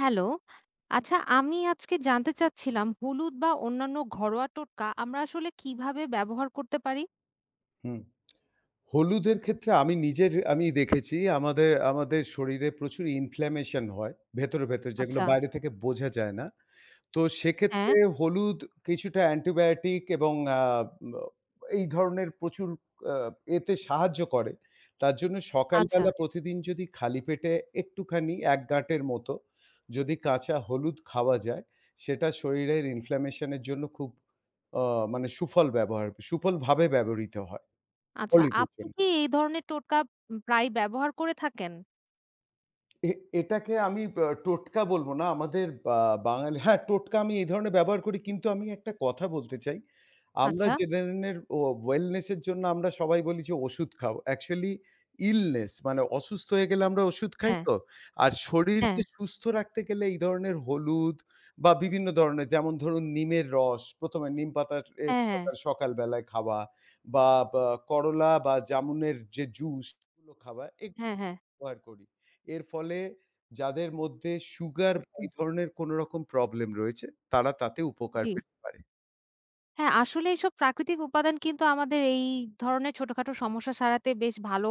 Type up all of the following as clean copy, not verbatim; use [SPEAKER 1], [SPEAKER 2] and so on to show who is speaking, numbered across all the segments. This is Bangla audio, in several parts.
[SPEAKER 1] হ্যালো। আচ্ছা, আমি আজকে জানতে চাচ্ছিলাম হলুদ বা অন্যান্য ঘরোয়া টোটকা আমরা আসলে কিভাবে ব্যবহার করতে পারি?
[SPEAKER 2] হুম। হলুদের ক্ষেত্রে আমি দেখেছি আমাদের আমাদের শরীরে প্রচুর ইনফ্ল্যামেশন হয় ভেতরে যেগুলো
[SPEAKER 1] আচ্ছা,
[SPEAKER 2] বাইরে থেকে বোঝা যায় না। তো
[SPEAKER 1] হ্যাঁ,
[SPEAKER 2] সেক্ষেত্রে হলুদ কিছুটা অ্যান্টিবায়োটিক এবং আ ম এই ধরনের প্রচুর আ এতে সাহায্য করে। তার জন্য
[SPEAKER 1] আচ্ছা,
[SPEAKER 2] সকালবেলা প্রতিদিন যদি খালি পেটে একটুখানি ১ গাঁটের মতো যদি কাঁচা হলুদ খাওয়া যায়, সেটা শরীরের ইনফ্ল্যামেশন এর জন্য খুব আ মানে সুফলভাবে ব্যবহৃত হয়
[SPEAKER 1] আচ্ছা।
[SPEAKER 2] হলুদের
[SPEAKER 1] আপনি
[SPEAKER 2] জন্য।
[SPEAKER 1] কি এই ধরনের টোটকা প্রায় ব্যবহার করে থাকেন?
[SPEAKER 2] এ এটাকে আমি টোটকা বলব না। আমাদের বাঙালি, হ্যাঁ, টোটকা আমি এই ধরনের ব্যবহার করি। কিন্তু আমি একটা কথা বলতে চাই। আমরা
[SPEAKER 1] আচ্ছা।
[SPEAKER 2] যে ধরনের ওয়েলনেস এর জন্য আমরা সবাই বলি যে ওষুধ খাও। অ্যাকচুয়ালি ইলনেস মানে অসুস্থ হয়ে গেলে আমরা ওষুধ খাই
[SPEAKER 1] হ্যাঁ,
[SPEAKER 2] তো। আর
[SPEAKER 1] হ্যাঁ,
[SPEAKER 2] শরীরকে সুস্থ রাখতে গেলে এই ধরনের হলুদ বা বিভিন্ন ধরনের যেমন ধরুন নিমের রস প্রথম নিম পাতার এর
[SPEAKER 1] হ্যাঁ, হ্যাঁ,
[SPEAKER 2] সকাল সকাল বেলায় খাওয়া বা বা করলা বা জামুনের যে জুস গুলো খাওয়া
[SPEAKER 1] হ্যাঁ, হ্যাঁ।
[SPEAKER 2] ব্যবহার করি। এর ফলে যাদের মধ্যে সুগার বা এই
[SPEAKER 1] হুম,
[SPEAKER 2] ধরনের কোনো রকম প্রবলেম রয়েছে, তারা তাতে উপকার
[SPEAKER 1] জি।
[SPEAKER 2] পেতে পারে।
[SPEAKER 1] হ্যাঁ, আসলে এইসব প্রাকৃতিক উপাদান কিন্তু আমাদের এই ধরনের ছোটখাটো সমস্যা সারাতে বেশ ভালো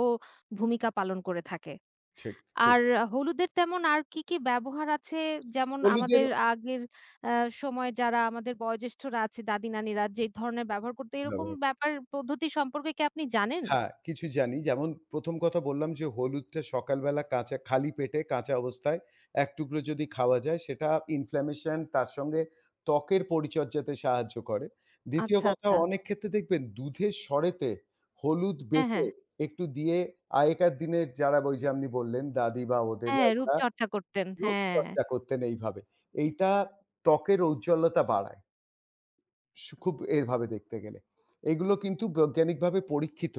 [SPEAKER 1] ভূমিকা পালন করে থাকে।
[SPEAKER 2] ঠিক, ঠিক।
[SPEAKER 1] আর হলুদের তেমন আর কি, কি ব্যবহার আছে? যেমন
[SPEAKER 2] হলুদের
[SPEAKER 1] আমাদের আগের আ সময় যারা আমাদের বয়োজ্যেষ্ঠরা আছে, দাদি-নানিরা যে ধরনের ব্যবহার করতো, এরকম
[SPEAKER 2] ব্যবহার করি।
[SPEAKER 1] ব্যাপার পদ্ধতি সম্পর্কে কি আপনি জানেন?
[SPEAKER 2] হ্যাঁ, কিছু জানি। যেমন প্রথম কথা বললাম যে হলুদটা সকালবেলা কাঁচা খালি পেটে কাঁচা অবস্থায় ১ টুকরো যদি খাওয়া যায় সেটা ইনফ্ল্যামেশন তার সঙ্গে ত্বকের পরিচর্যাতে সাহায্য করে। দ্বিতীয়
[SPEAKER 1] আচ্ছা,
[SPEAKER 2] কথা,
[SPEAKER 1] আচ্ছা।
[SPEAKER 2] অনেক ক্ষেত্রে দেখবেন দুধের সরেতে হলুদ
[SPEAKER 1] হ্যাঁ,
[SPEAKER 2] বেটে
[SPEAKER 1] হ্যাঁ।
[SPEAKER 2] একটু দিয়ে আগেকার দিনের যারা ওই যে আপনি বললেন দাদি বা ওদেরা
[SPEAKER 1] হ্যাঁ,
[SPEAKER 2] ওরা
[SPEAKER 1] রূপচর্চা করতেন। হ্যাঁ।
[SPEAKER 2] রূপচর্চা করতেন এইভাবে।
[SPEAKER 1] জি,
[SPEAKER 2] এইটা ত্বকের ঔজ্জ্বল্যতা বাড়ায়। খুব এভাবে দেখতে গেলে এগুলো কিন্তু বৈজ্ঞানিকভাবে পরীক্ষিত।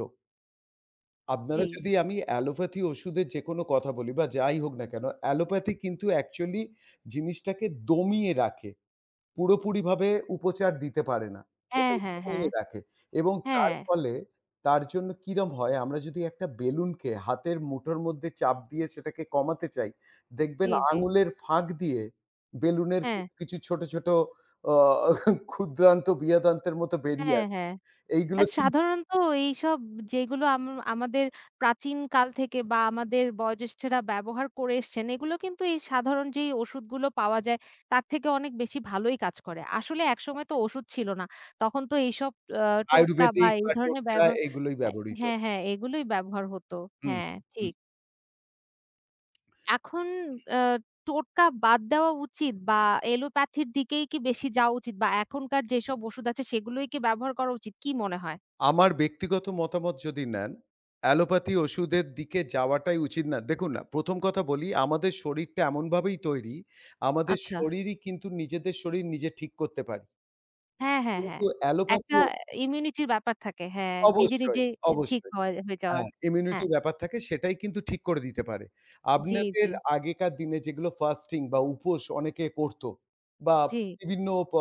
[SPEAKER 2] আপনারা
[SPEAKER 1] জি।
[SPEAKER 2] যদি আমি অ্যালোপ্যাথি ওষুধের যেকোনো কথা বলি বা যাই হোক না কেন, অ্যালোপ্যাথি কিন্তু অ্যাকচুয়ালি জিনিসটাকে দমিয়ে রাখে। পুরোপুরিভাবে উপচার দিতে পারে না।
[SPEAKER 1] হ্যাঁ,
[SPEAKER 2] সেটাকে
[SPEAKER 1] হ্যাঁ, হ্যাঁ।
[SPEAKER 2] কমিয়ে রাখে এবং তার
[SPEAKER 1] হ্যাঁ।
[SPEAKER 2] ফলে তার জন্য কিরম হয়, আমরা যদি একটা বেলুনকে হাতের মুঠোর মধ্যে চাপ দিয়ে সেটাকে কমাতে চাই, দেখবেন
[SPEAKER 1] জি, জি।
[SPEAKER 2] আঙুলের ফাঁক দিয়ে বেলুনের
[SPEAKER 1] হ্যাঁ।
[SPEAKER 2] কিছু ছোট অ ক্ষুদ্রান্ত বৃহদান্তের মতো বেরিয়ে
[SPEAKER 1] হ্যাঁ,
[SPEAKER 2] আসে।
[SPEAKER 1] হ্যাঁ।
[SPEAKER 2] এইগুলো
[SPEAKER 1] আর
[SPEAKER 2] কিন্তু
[SPEAKER 1] সাধারণত এইসব যেগুলো আমাদের প্রাচীনকাল থেকে বা আমাদের বয়োজ্যেষ্ঠরা ব্যবহার করে এসছেন, এগুলো কিন্তু এই সাধারণ যেই ওষুধগুলো পাওয়া যায়, তার থেকে অনেক বেশি ভালোই কাজ করে। আসলে একসময় তো ওষুধ ছিল না। তখন তো এইসব আ টোটকা বা
[SPEAKER 2] আয়ুর্বেদিক
[SPEAKER 1] এই
[SPEAKER 2] বা
[SPEAKER 1] ধরনের
[SPEAKER 2] টোটকা
[SPEAKER 1] ব্যবহার
[SPEAKER 2] এগুলোই
[SPEAKER 1] আ
[SPEAKER 2] ব্যবহৃত।
[SPEAKER 1] হ্যাঁ, হ্যাঁ, এগুলোই ব্যবহার হতো।
[SPEAKER 2] হুম,
[SPEAKER 1] হ্যাঁ,
[SPEAKER 2] হুম।
[SPEAKER 1] ঠিক। এখন আ টোটকা বাদ দেওয়া উচিত বা এলোপ্যাথির দিকেই কি বেশি যাওয়া উচিত বা এখনকার যেসব ওষুধ আছে সেগুলোই কি ব্যবহার করা উচিত? কি মনে হয়?
[SPEAKER 2] আমার ব্যক্তিগত মতামত যদি নেন, অ্যালোপ্যাথি ওষুধের দিকে যাওয়াটাই উচিত না। দেখুন না, প্রথম কথা বলি, আমাদের শরীরটা এমনভাবেই তৈরি, আমাদের
[SPEAKER 1] আচ্ছা।
[SPEAKER 2] শরীরই কিন্তু নিজেদের শরীর নিজে ঠিক করতে পারি।
[SPEAKER 1] হ্যাঁ, হ্যাঁ, হ্যাঁ।
[SPEAKER 2] কিন্তু অ্যালোপ্যাথি
[SPEAKER 1] একটা
[SPEAKER 2] ও-
[SPEAKER 1] ইমিউনিটির ব্যাপার থাকে। হ্যাঁ, নিজে,
[SPEAKER 2] অবশ্যই,
[SPEAKER 1] নিজে ঠিক
[SPEAKER 2] অবশ্যই।
[SPEAKER 1] হওয়া হয়ে যাওয়ার।
[SPEAKER 2] হ্যাঁ, ইমিউনিটি
[SPEAKER 1] হ্যাঁ।
[SPEAKER 2] ব্যাপার থাকে সেটাই কিন্তু ঠিক করে দিতে পারে।
[SPEAKER 1] জি,
[SPEAKER 2] আপনাদের
[SPEAKER 1] জি,
[SPEAKER 2] আগেকার দিনে যেগুলো ফাস্টিং বা উপোস অনেকে করত বা
[SPEAKER 1] জি,
[SPEAKER 2] বিভিন্ন প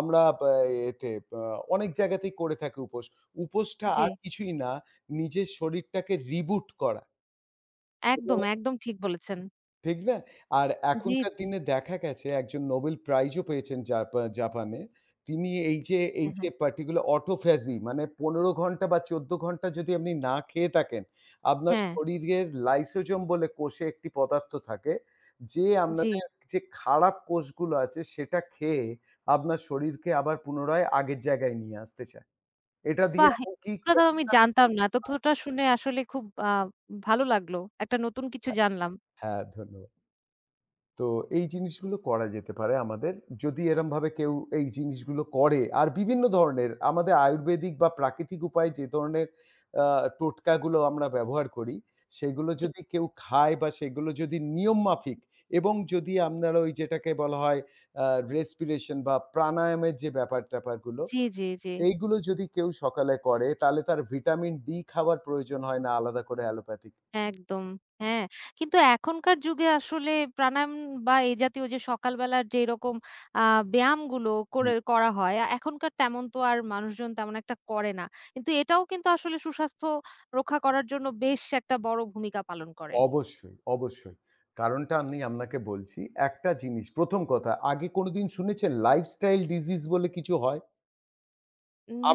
[SPEAKER 2] আমরা এতে আ অনেক জায়গাতেই করে থাকি উপোস। উপোসটা
[SPEAKER 1] জি।
[SPEAKER 2] আর কিছুই না, নিজের শরীরটাকে রিবুট করা এবং
[SPEAKER 1] একদম, একদম ঠিক বলেছেন।
[SPEAKER 2] ঠিক না? আর
[SPEAKER 1] জি,
[SPEAKER 2] এখনকার
[SPEAKER 1] জি।
[SPEAKER 2] দিনে দেখা গেছে একজন নোবেল প্রাইজও পেয়েছেন জাপানে। তিনি এই যে এই
[SPEAKER 1] হ্যাঁ,
[SPEAKER 2] যে
[SPEAKER 1] হ্যাঁ।
[SPEAKER 2] particular autophagy মানে ১৫ ঘন্টা বা ১৪ ঘন্টা যদি আপনি না খেয়ে থাকেন, আপনার
[SPEAKER 1] হ্যাঁ,
[SPEAKER 2] শরীরের লাইসোজোম বলে কোষে একটি পদার্থ থাকে, যে
[SPEAKER 1] জি।
[SPEAKER 2] আপনাদের যে খারাপ কোষগুলো আছে সেটা খেয়ে আপনার শরীরকে আবার পুনরায় আগের জায়গায় নিয়ে আসতে চায়। এটা দিয়ে
[SPEAKER 1] বাহ!
[SPEAKER 2] এমনকি
[SPEAKER 1] এগুলো তো আমি
[SPEAKER 2] ক্যান্সার
[SPEAKER 1] জানতাম না। তথ্যটা শুনে আসলে খুব ভালো লাগলো। একটা নতুন কিছু জানলাম।
[SPEAKER 2] হ্যাঁ, ধন্যবাদ। তো এই জিনিসগুলো করা যেতে পারে আমাদের। যদি এরমভাবে কেউ এই জিনিসগুলো করে আর বিভিন্ন ধরনের আমাদের আয়ুর্বেদিক বা প্রাকৃতিক উপায়ে যে ধরনের আ টোটকাগুলো আমরা ব্যবহার করি, সেগুলো
[SPEAKER 1] জি,
[SPEAKER 2] যদি কেউ খায় বা সেগুলো যদি নিয়ম মাফিক এবং যদি আপনারা ওই যেটাকে বলা হয় আ respiration বা প্রাণায়ামের যে ব্যাপার-ট্যাপারগুলো,
[SPEAKER 1] জি, জি, জি।
[SPEAKER 2] এইগুলো যদি কেউ সকালে করে তাহলে তার ভিটামিন ডি খাওয়ার প্রয়োজন হয় না আলাদা করে অ্যালোপ্যাথিক।
[SPEAKER 1] একদম। হ্যাঁ, কিন্তু এখনকার যুগে আসলে প্রাণায়াম বা এই জাতীয় যে সকালবেলার যেরকম আ ব্যায়ামগুলো করা হয়, এখনকার তেমন তো আর মানুষজন তেমন একটা করে না। কিন্তু এটাও কিন্তু আসলে সুস্বাস্থ্য রক্ষা করার জন্য বেশ একটা বড় ভূমিকা পালন করে।
[SPEAKER 2] অবশ্যই, অবশ্যই। কারণটা আমি আপনাকে বলছি। একটা জিনিস, প্রথম কথা, আগে কোনদিন শুনেছেন লাইফস্টাইল ডিজিজ বলে কিছু হয়?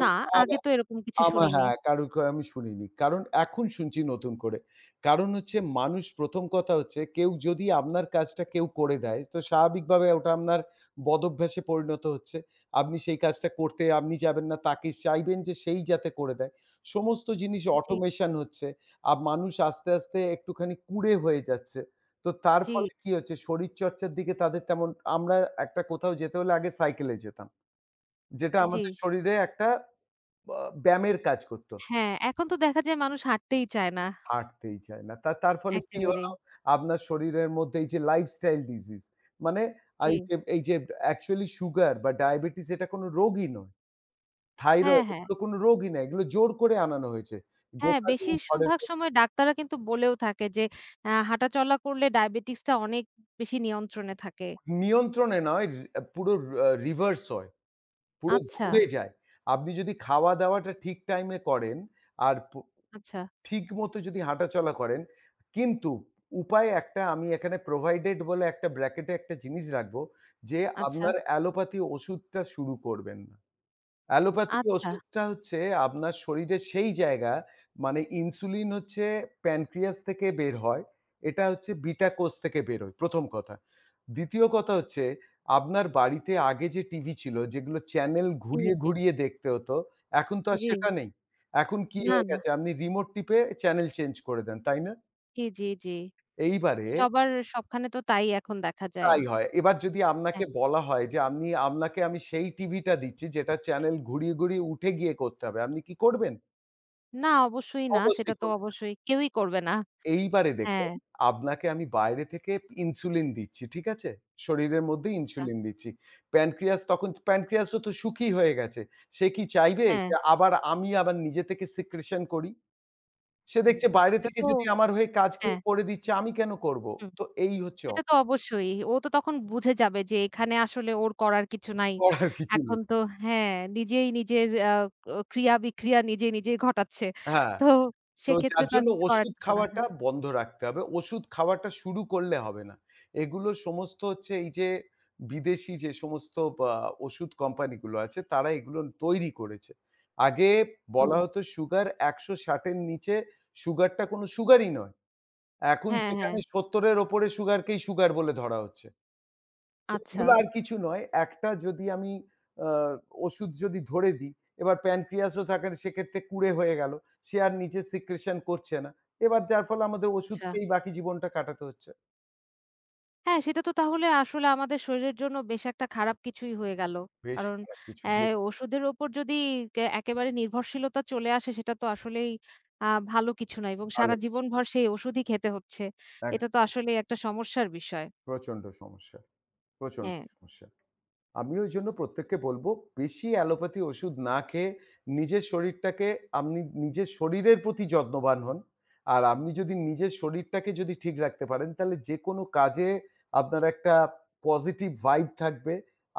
[SPEAKER 1] না,
[SPEAKER 2] আম
[SPEAKER 1] আগে তো এরকম কিছু
[SPEAKER 2] আমার,
[SPEAKER 1] শুনিনি।
[SPEAKER 2] হ্যাঁ, কারো ক আমি শুনিনি। কারণ এখন শুনছি নতুন করে। কারণ হচ্ছে মানুষ প্রথম কথা হচ্ছে কেউ যদি আপনার কাজটা কেউ করে দেয়, তো স্বাভাবিকভাবে ওটা আপনার বদভ্যাসে পরিণত হচ্ছে। আপনি সেই কাজটা করতে আপনি যাবেন না, তাকে চাইবেন যে সেই যাতে করে দেয়। সমস্ত জিনিস
[SPEAKER 1] জি,
[SPEAKER 2] অটোমেশন হচ্ছে। আর মানুষ আস্তে একটুখানি কুঁড়ে হয়ে যাচ্ছে। তো তার
[SPEAKER 1] জি,
[SPEAKER 2] ফলে কি হচ্ছে শরীরচর্চার দিকে তাদের তেমন আমরা একটা কোথাও যেতে হলে আগে সাইকেলে যেতাম। যেটা
[SPEAKER 1] জি।
[SPEAKER 2] আমাদের শরীরে একটা আ ব্যায়ামের কাজ করত।
[SPEAKER 1] হ্যাঁ, এখন তো দেখা যায় মানুষ হাঁটতেই চায় না
[SPEAKER 2] হাঁটতেই চায় না। তা তার ফলে কি হলো?
[SPEAKER 1] একেবারেই।
[SPEAKER 2] আপনার শরীরের মধ্যে এই যে লাইফস্টাইল ডিজিজ মানে এই
[SPEAKER 1] জি।
[SPEAKER 2] যে এই যে অ্যাকচুয়ালি সুগার বা ডায়াবেটিস এটা কোনো রোগই নয়।
[SPEAKER 1] হ্যাঁ,
[SPEAKER 2] থাইরয়েড
[SPEAKER 1] হ্যাঁ।
[SPEAKER 2] এগুলো কোনো রোগই না। এগুলো জোর করে আনানো হয়েছে।
[SPEAKER 1] হ্যাঁ,
[SPEAKER 2] গোটা দিন ঘরের
[SPEAKER 1] বেশিরভাগ সময় ডাক্তাররা কিন্তু বলেও থাকে যে, হাঁটাচলা করলে ডায়াবেটিক্সটা অনেক বেশি নিয়ন্ত্রণে থাকে।
[SPEAKER 2] নিয়ন্ত্রণে নয়, পুরো রিভার্স হয়। পুরো
[SPEAKER 1] আচ্ছা,
[SPEAKER 2] ঘুরে যায়। আপনি যদি খাওয়া-দাওয়াটা ঠিক টাইমে করেন আর
[SPEAKER 1] আচ্ছা,
[SPEAKER 2] ঠিকমতো যদি হাঁটাচলা করেন। কিন্তু উপায় একটা আমি এখানে প্রোভাইডেড বলে একটা ব্র্যাকেটে একটা জিনিস রাখবো যে,
[SPEAKER 1] আচ্ছা,
[SPEAKER 2] আপনার অ্যালোপ্যাথি ওষুধটা শুরু করবেন না। অ্যালোপ্যাথি
[SPEAKER 1] আচ্ছা।
[SPEAKER 2] ওষুধটা হচ্ছে আপনার শরীরে সেই জায়গা মানে ইনসুলিন হচ্ছে প্যানক্রিয়াস থেকে বের হয়। এটা হচ্ছে বিটা কোষ থেকে বেরোয়, প্রথম কথা। দ্বিতীয় কথা হচ্ছে আপনার বাড়িতে আগে যে টিভি ছিল যেগুলো চ্যানেল
[SPEAKER 1] জি,
[SPEAKER 2] ঘুরিয়ে,
[SPEAKER 1] জি,
[SPEAKER 2] ঘুরিয়ে দেখতে হতো, এখন তো আর
[SPEAKER 1] জি।
[SPEAKER 2] সেটা নেই। এখন কি
[SPEAKER 1] না,
[SPEAKER 2] হয়ে
[SPEAKER 1] না।
[SPEAKER 2] গেছে আপনি রিমোট টিপে চ্যানেল চেঞ্জ করে দেন, তাই না?
[SPEAKER 1] জি, জি, জি।
[SPEAKER 2] এইবারে
[SPEAKER 1] সবার সবখানে তো তাই এখন দেখা যায়।
[SPEAKER 2] তাই হয়। এবার যদি আপনাকে
[SPEAKER 1] হ্যাঁ।
[SPEAKER 2] বলা হয় যে আপনি আপনাকে আমি সেই টিভিটা দিচ্ছি যেটা চ্যানেল ঘুরিয়ে ঘুরিয়ে উঠে গিয়ে করতে হবে, আপনি কি করবেন?
[SPEAKER 1] না, অবশ্যই না। সেটা
[SPEAKER 2] অবশ্যই
[SPEAKER 1] তো
[SPEAKER 2] করবেন।
[SPEAKER 1] অবশ্যই। কেউই করবে না।
[SPEAKER 2] এইবারে
[SPEAKER 1] হ্যাঁ,
[SPEAKER 2] দেখুন, আপনাকে আমি বাইরে থেকে ইনসুলিন দিচ্ছি। ঠিক আছে? শরীরের মধ্যে
[SPEAKER 1] আ
[SPEAKER 2] ইনসুলিন দিচ্ছি। প্যানক্রিয়াসও তো সুখী হয়ে গেছে। সে কি চাইবে
[SPEAKER 1] হ্যাঁ।
[SPEAKER 2] যে আমি আবার নিজে থেকে সিক্রেশন করি? সে দেখছে
[SPEAKER 1] হুম,
[SPEAKER 2] বাইরে
[SPEAKER 1] সেটা
[SPEAKER 2] থেকে
[SPEAKER 1] তো
[SPEAKER 2] যদি আমার হয়ে কাজ কেউ
[SPEAKER 1] হ্যাঁ,
[SPEAKER 2] করে দিচ্ছে আমি কেন করব?
[SPEAKER 1] হুম।
[SPEAKER 2] তো এই হচ্ছে
[SPEAKER 1] সেটা তো অবশ্যই। ও তো তখন বুঝে যাবে যে এখানে আসলে ওর করার কিছু নাই।
[SPEAKER 2] করার কিছু
[SPEAKER 1] এখন
[SPEAKER 2] নেই।
[SPEAKER 1] তো হ্যাঁ, নিজেই নিজের ক্রিয়া-বিক্রিয়া নিজেই ঘটাচ্ছে।
[SPEAKER 2] হ্যাঁ।
[SPEAKER 1] তো
[SPEAKER 2] তো
[SPEAKER 1] সেক্ষেত্রে
[SPEAKER 2] যার
[SPEAKER 1] তো আর
[SPEAKER 2] জন্য
[SPEAKER 1] কিছু করার
[SPEAKER 2] ওষুধ
[SPEAKER 1] থাকবে না।
[SPEAKER 2] খাওয়াটা
[SPEAKER 1] হ্যাঁ,
[SPEAKER 2] বন্ধ রাখতে হবে। ওষুধ খাওয়াটা শুরু করলে হবে না। এগুলো সমস্ত হচ্ছে এই যে বিদেশি যে সমস্ত বা ওষুধ কোম্পানিগুলো আছে তারা এগুলো তৈরি করেছে। আগে
[SPEAKER 1] জি।
[SPEAKER 2] বলা হতো সুগার ১৬০ এর নিচে সুগারটা কোনো সুগারই নয়। এখন
[SPEAKER 1] হ্যাঁ, হ্যাঁ।
[SPEAKER 2] সেখানে ৭০ এর ওপরে সুগারকেই সুগার বলে ধরা হচ্ছে। তো
[SPEAKER 1] আচ্ছা,
[SPEAKER 2] এগুলো আর কিছু নয়। একটা যদি আমি আ ওষুধ যদি ধরে দিই, এবার প্যানক্রিয়াস ও থাকে সেক্ষেত্রে কুঁড়ে হয়ে গেল। সে আর নিচে সিক্রেশন করছে না। এবার যার ফলে আমাদের ওষুধ
[SPEAKER 1] আচ্ছা।
[SPEAKER 2] খেয়েই বাকি জীবনটা কাটাতে হচ্ছে।
[SPEAKER 1] হ্যাঁ, সেটা তো তাহলে আসলে আমাদের শরীরের জন্য বেশ একটা খারাপ কিছুই হয়ে গেল।
[SPEAKER 2] বেশ
[SPEAKER 1] কারণ
[SPEAKER 2] খারাপ কিছু,
[SPEAKER 1] অ্যা
[SPEAKER 2] বেশ
[SPEAKER 1] ওষুধের ওপর যদি কে একেবারে নির্ভরশীলতা চলে আসে সেটা তো আসলেই আ ভালো কিছু না এবং
[SPEAKER 2] ভালো।
[SPEAKER 1] সারা জীবনভর সেই ওষুধই খেতে হচ্ছে।
[SPEAKER 2] এক
[SPEAKER 1] এটা তো আসলেই একটা সমস্যার বিষয়।
[SPEAKER 2] প্রচন্ড সমস্যা, প্রচন্ড
[SPEAKER 1] হ্যাঁ,
[SPEAKER 2] সমস্যা। আমি ওই জন্য প্রত্যেককে বলব, বেশি অ্যালোপ্যাথি ওষুধ না খেয়ে নিজের শরীরটাকে আপনি নিজের শরীরের প্রতি যত্নবান হন। আর আপনি যদি নিজের শরীরটাকে যদি ঠিক রাখতে পারেন, তাহলে যেকোনো কাজে আপনার একটা পজিটিভ ভাইব থাকবে।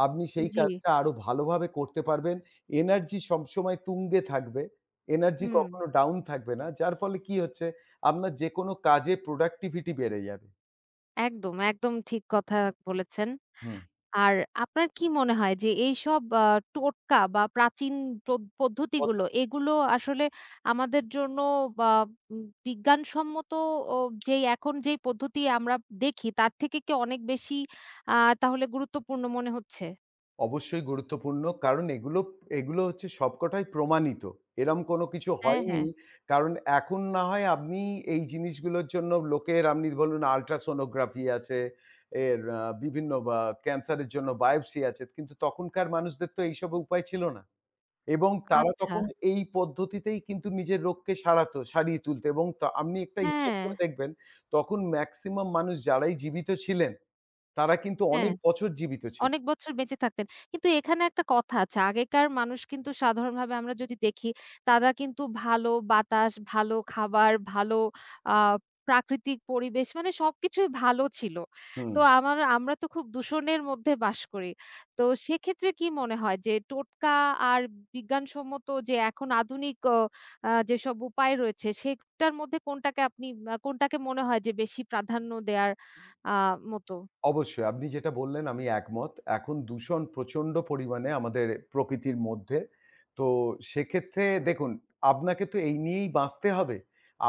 [SPEAKER 2] আপনি সেই
[SPEAKER 1] জি।
[SPEAKER 2] কাজটা আরো ভালোভাবে করতে পারবেন। এনার্জি সবসময় তুঙ্গে থাকবে। এনার্জি
[SPEAKER 1] হুম,
[SPEAKER 2] কখনো ডাউন থাকবে না। যার ফলে কি হচ্ছে, আপনার যেকোনো কাজে প্রোডাক্টিভিটি বেড়ে যাবে।
[SPEAKER 1] একদম, একদম ঠিক কথা বলেছেন।
[SPEAKER 2] হুম।
[SPEAKER 1] আর আপনার কি মনে হয় যে এইসব টোটকা বা প্রাচীন পদ্ধতিগুলো এগুলো আসলে আমাদের জন্য বা বিজ্ঞানসম্মত ও এখন যেই পদ্ধতি আমরা দেখি তার থেকে কি অনেক বেশি আ তাহলে গুরুত্বপূর্ণ মনে হচ্ছে?
[SPEAKER 2] অবশ্যই গুরুত্বপূর্ণ। এগুলো হচ্ছে সবকটাই প্রমাণিত। এরম কোনো কিছু
[SPEAKER 1] হ্যাঁ, হ্যাঁ।
[SPEAKER 2] হয়নি। কারণ এখন না হয় আপনি এই জিনিসগুলোর জন্য লোকের আপনি বলুন আল্ট্রাসোনোগ্রাফি আছে, এর বিভিন্ন ক্যান্সারের জন্য বায়োপসি আছে। কিন্তু তখনকার মানুষদের তো এইসব উপায় ছিল না। এবং তারা
[SPEAKER 1] আচ্ছা।
[SPEAKER 2] তখন এই পদ্ধতিতেই কিন্তু নিজের রোগকে সারিয়ে তুলত এবং তা আপনি একটা হিসেব
[SPEAKER 1] হ্যাঁ,
[SPEAKER 2] করে দেখবেন, তখন মেক্সিমাম মানুষ যারাই জীবিত ছিলেন, তারা কিন্তু অনেক
[SPEAKER 1] হ্যাঁ।
[SPEAKER 2] বছর জীবিত ছিল।
[SPEAKER 1] অনেক বছর বেঁচে থাকতেন। কিন্তু এখানে একটা কথা আছে। আগেকার মানুষ কিন্তু সাধারণভাবে আমরা যদি দেখি, তারা কিন্তু ভালো বাতাস, ভালো খাবার, ভালো আ প্রাকৃতিক পরিবেশ মানে সবকিছুই ভালো ছিল।
[SPEAKER 2] হুম।
[SPEAKER 1] তো আমার আমরা তো খুব দূষণের মধ্যে বাস করি। তো সেক্ষেত্রে কি মনে হয় যে টোটকা আর বিজ্ঞানসম্মত যে এখন আধুনিক যেসব উপায় রয়েছে, সেটার মধ্যে কোনটাকে আপনি কোনটাকে মনে হয় যে বেশি প্রাধান্য দেয়ার আ মতো?
[SPEAKER 2] অবশ্যই। আপনি যেটা বললেন আমি একমত। এখন দূষণ প্রচণ্ড পরিমাণে আমাদের প্রকৃতির মধ্যে। তো সেক্ষেত্রে দেখুন আপনাকে তো এই নিয়েই বাঁচতে হবে।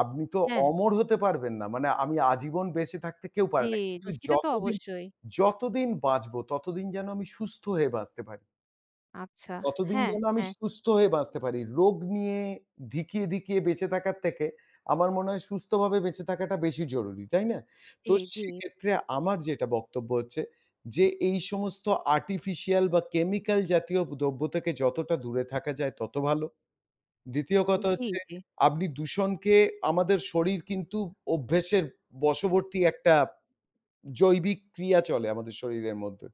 [SPEAKER 2] আপনি তো
[SPEAKER 1] হ্যাঁ।
[SPEAKER 2] অমর হতে পারবেন না। মানে আমি আজীবন বেঁচে থাকতে কেউ
[SPEAKER 1] জি,
[SPEAKER 2] পারে না। কিন্তু
[SPEAKER 1] জি, সেটা তো অবশ্যই।
[SPEAKER 2] যতদিন বাঁচবো ততদিন যেন আমি সুস্থ হয়ে বাঁচতে পারি।
[SPEAKER 1] আচ্ছা।
[SPEAKER 2] ততদিন
[SPEAKER 1] হ্যাঁ,
[SPEAKER 2] যেন আমি
[SPEAKER 1] হ্যাঁ।
[SPEAKER 2] সুস্থ হয়ে বাঁচতে পারি। রোগ নিয়ে ধিকিয়ে বেঁচে থাকার থেকে আমার মনে হয় সুস্থভাবে বেঁচে থাকাটা বেশি জরুরি, তাই না?
[SPEAKER 1] জি,
[SPEAKER 2] তো
[SPEAKER 1] জি,
[SPEAKER 2] সেক্ষেত্রে আমার যেটা বক্তব্য হচ্ছে যে এই সমস্ত আর্টিফিশিয়াল বা কেমিক্যাল জাতীয় দ্রব্য থেকে যতটা দূরে থাকা যায় তত ভালো। দ্বিতীয় কথা
[SPEAKER 1] জি,
[SPEAKER 2] হচ্ছে
[SPEAKER 1] জি,
[SPEAKER 2] আপনি দূষণকে আমাদের শরীর কিন্তু অভ্যাসের বশবর্তী একটা জৈবিক ক্রিয়া চলে আমাদের শরীরের মধ্যে।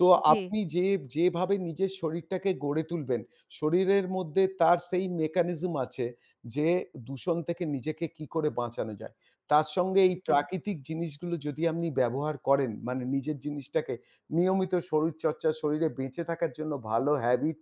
[SPEAKER 2] তো
[SPEAKER 1] জি।
[SPEAKER 2] আপনি যে যেভাবে নিজের শরীরটাকে গড়ে তুলবেন, শরীরের মধ্যে তার সেই মেকানিজম আছে যে দূষণ থেকে নিজেকে কি করে বাঁচানো যায়। তার সঙ্গে এই
[SPEAKER 1] বুঝলাম।
[SPEAKER 2] প্রাকৃতিক জিনিসগুলো যদি আপনি ব্যবহার করেন, মানে নিজের জিনিসটাকে নিয়মিত শরীরচর্চা, শরীরে বেঁচে থাকার জন্য ভালো হ্যাবিট,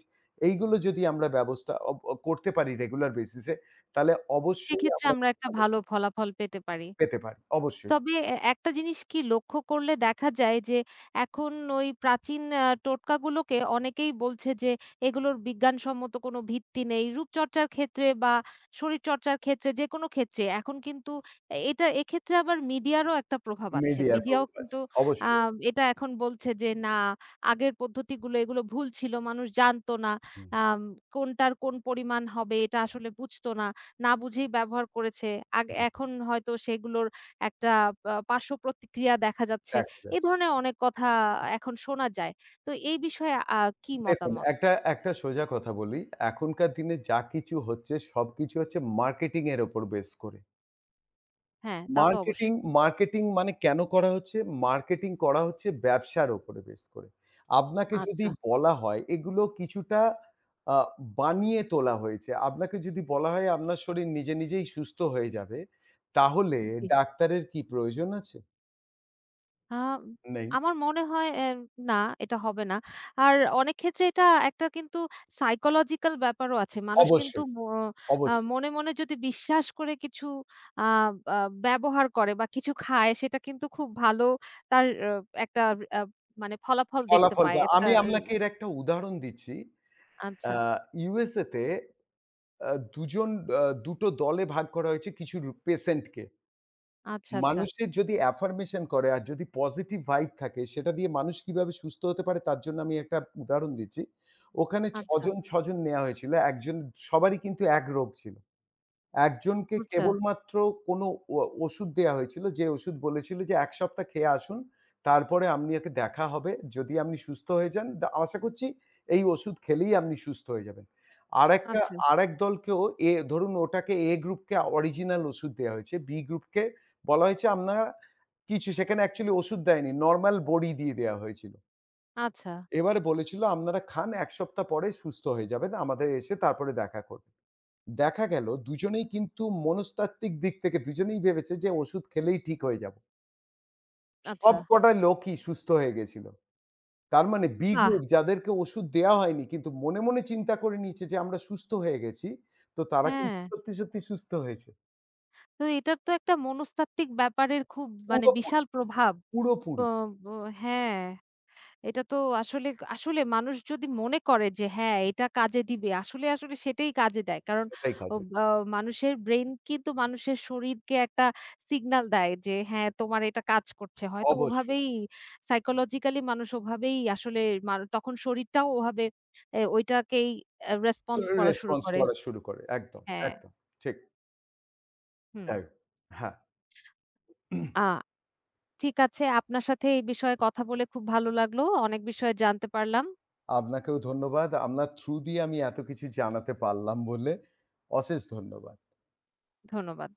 [SPEAKER 2] এইগুলো যদি আমরা ব্যবস্থা অব অ করতে পারি রেগুলার বেসিসে তাহলে অবশ্যই
[SPEAKER 1] সেক্ষেত্রে
[SPEAKER 2] আমরা
[SPEAKER 1] আমরা
[SPEAKER 2] খুব
[SPEAKER 1] একটা
[SPEAKER 2] ভালো
[SPEAKER 1] ভালো ফলাফল পেতে পারি।
[SPEAKER 2] পেতে পারি। অবশ্যই।
[SPEAKER 1] তবে একটা জিনিস কি লক্ষ্য করলে দেখা যায় যে, এখন ওই প্রাচীন টোটকাগুলোকে অনেকেই বলছে যে, এগুলোর বিজ্ঞানসম্মত কোনো ভিত্তি নেই। রূপচর্চার ক্ষেত্রে বা শরীরচর্চার ক্ষেত্রে যেকোনো ক্ষেত্রে এখন কিন্তু এটা এক্ষেত্রে আবার মিডিয়ারও একটা প্রভাব আছে।
[SPEAKER 2] মিডিয়ার
[SPEAKER 1] মিডিয়াও
[SPEAKER 2] প্রভাব আছে।
[SPEAKER 1] কিন্তু আ
[SPEAKER 2] অবশ্যই।
[SPEAKER 1] এটা এখন বলছে যে, না আগের পদ্ধতিগুলো এগুলো ভুল ছিল। মানুষ জানতো না।
[SPEAKER 2] হুম,
[SPEAKER 1] আম কোনটার কোন পরিমাণ হবে এটা আসলে বুঝতো না। না বুঝেই ব্যবহার করেছে।
[SPEAKER 2] হুম।
[SPEAKER 1] এখন হয়তো সেগুলোর একটা পার্শ্ব প্রতিক্রিয়া দেখা যাচ্ছে।
[SPEAKER 2] দেখা
[SPEAKER 1] এই
[SPEAKER 2] যাচ্ছে।
[SPEAKER 1] ধরনের অনেক কথা এখন শোনা যায়। তো এই বিষয়ে কি
[SPEAKER 2] দেখুন,
[SPEAKER 1] মতামত?
[SPEAKER 2] একটা একটা সোজা কথা বলি। এখনকার দিনে যা কিছু হচ্ছে সবকিছু হচ্ছে মার্কেটিং এর উপর বেস করে।
[SPEAKER 1] হ্যাঁ, তা তো
[SPEAKER 2] মার্কেটিং,
[SPEAKER 1] অবশ্যই।
[SPEAKER 2] মার্কেটিং মানে কেন করা হচ্ছে? মার্কেটিং করা হচ্ছে ব্যবসার উপরে বেস করে। আপনাকে যদি
[SPEAKER 1] আচ্ছা,
[SPEAKER 2] বলা হয় এগুলো কিছুটা আ বানিয়ে তোলা হয়েছে। আপনাকে যদি বলা হয় আপনার শরীর নিজে নিজেই সুস্থ হয়ে যাবে, তাহলে
[SPEAKER 1] জি।
[SPEAKER 2] ডাক্তারের কি প্রয়োজন আছে?
[SPEAKER 1] আ
[SPEAKER 2] নেই।
[SPEAKER 1] আমার মনে হয় না, এটা হবে না। আর অনেক ক্ষেত্রে এটা একটা কিন্তু সাইকোলজিক্যাল ব্যাপারও আছে। মানুষ কিন্তু
[SPEAKER 2] অবশ্যই, অবশ্যই।
[SPEAKER 1] মনে যদি বিশ্বাস করে কিছু আ আ ব্যবহার করে বা কিছু খায় সেটা কিন্তু খুব ভালো তার একটা আ মানে ফলাফল দেখতে
[SPEAKER 2] ফলাফল
[SPEAKER 1] পায়।
[SPEAKER 2] বা
[SPEAKER 1] একটা
[SPEAKER 2] আমি আপনাকে এর একটা উদাহরণ দিচ্ছি। আ
[SPEAKER 1] আচ্ছা,
[SPEAKER 2] USA তে ২ জন ২ টো দলে ভাগ করা হয়েছে কিছু পেশেন্ট কে।
[SPEAKER 1] আচ্ছা, আচ্ছা।
[SPEAKER 2] মানুষের যদি এফার্মেশন করে আর যদি পজিটিভ ভাইব থাকে সেটা দিয়ে মানুষ কিভাবে সুস্থ হতে পারে তার জন্য আমি একটা উদাহরণ দিচ্ছি। ওখানে ৬
[SPEAKER 1] আচ্ছা,
[SPEAKER 2] জন ৬ জন নেয়া হয়েছিল। সবারই কিন্তু এক রোগ ছিল। একজনকে
[SPEAKER 1] আচ্ছা,
[SPEAKER 2] কেবলমাত্র কোনো ও ওষুধ দেয়া হয়েছিল। যে ওষুধ বলেছিল যে ১ সপ্তাহ খেয়ে আসুন। তারপরে আপনাকে দেখা হবে। যদি আপনি সুস্থ হয়ে যান, আশা করছি এই ওষুধ খেলেই আপনি সুস্থ হয়ে যাবেন। আরেকটা
[SPEAKER 1] আচ্ছা,
[SPEAKER 2] আরেক দলকেও ধরুন ওটাকে A গ্রুপকে অরিজিনাল ওষুধ দেয়া হয়েছে। B গ্রুপকে বলা হয়েছে আপনারা কিছু সেখানে অ্যাকচুয়ালি ওষুধ দেয়নি। নরমাল বড়ি দিয়ে দেয়া হয়েছিল।
[SPEAKER 1] আচ্ছা,
[SPEAKER 2] এবারে বলেছিল আপনারা খান ১ সপ্তাহ পরে সুস্থ হয়ে যাবেন। আমাদের এসে তারপরে দেখা করবেন। দেখা গেল দুজনেই কিন্তু মনস্তাত্ত্বিক দিক থেকে দুজনেই ভেবেছে যে ওষুধ খেলেই ঠিক হয়ে যাব।
[SPEAKER 1] আচ্ছা।
[SPEAKER 2] সবকটা লোকই সুস্থ হয়ে গেছিল। তার মানে বি
[SPEAKER 1] বাহ!
[SPEAKER 2] গ্রুপ যাদেরকে ওষুধ দেয়া হয়নি কিন্তু মনে চিন্তা করে নিয়েছে যে আমরা সুস্থ হয়ে গেছি। তো তারা
[SPEAKER 1] হ্যাঁ,
[SPEAKER 2] কিন্তু সত্যি সুস্থ হয়েছে।
[SPEAKER 1] তো এটার তো একটা মনস্তাত্ত্বিক ব্যাপারের খুব মানে
[SPEAKER 2] পুরোপুরি,
[SPEAKER 1] বিশাল প্রভাব। তো
[SPEAKER 2] পুরোপুরি
[SPEAKER 1] ব হ্যাঁ। এটা তো আসলে, আসলে মানুষ যদি মনে করে যে হ্যাঁ, এটা কাজে দিবে, আসলে, আসলে সেটাই কাজে দেয়। কারণ
[SPEAKER 2] এটাই
[SPEAKER 1] ও
[SPEAKER 2] কাজে।
[SPEAKER 1] আ মানুষের ব্রেইন কিন্তু মানুষের শরীরকে একটা সিগন্যাল দেয় যে হ্যাঁ, তোমার এটা কাজ করছে। হয়তো
[SPEAKER 2] অবশ্যই।
[SPEAKER 1] ওভাবেই সাইকোলজিক্যালি মানুষ ওভাবেই আসলে তখন শরীরটাও ওভাবে ওইটাকেই
[SPEAKER 2] তো
[SPEAKER 1] রেসপন্স করা শুরু
[SPEAKER 2] রেসপন্স
[SPEAKER 1] করে।
[SPEAKER 2] করা শুরু করে।
[SPEAKER 1] হ্যাঁ,
[SPEAKER 2] একদম ঠিক।
[SPEAKER 1] হুম।
[SPEAKER 2] তাই। হ্যাঁ,
[SPEAKER 1] আ ঠিক আছে, আপনার সাথে এই বিষয়ে কথা বলে খুব ভালো লাগলো। অনেক বিষয় জানতে পারলাম।
[SPEAKER 2] আপনাকেও ধন্যবাদ। আপনার থ্রু দিয়ে আমি এত কিছু জানাতে পারলাম বলে অশেষ ধন্যবাদ।
[SPEAKER 1] ধন্যবাদ।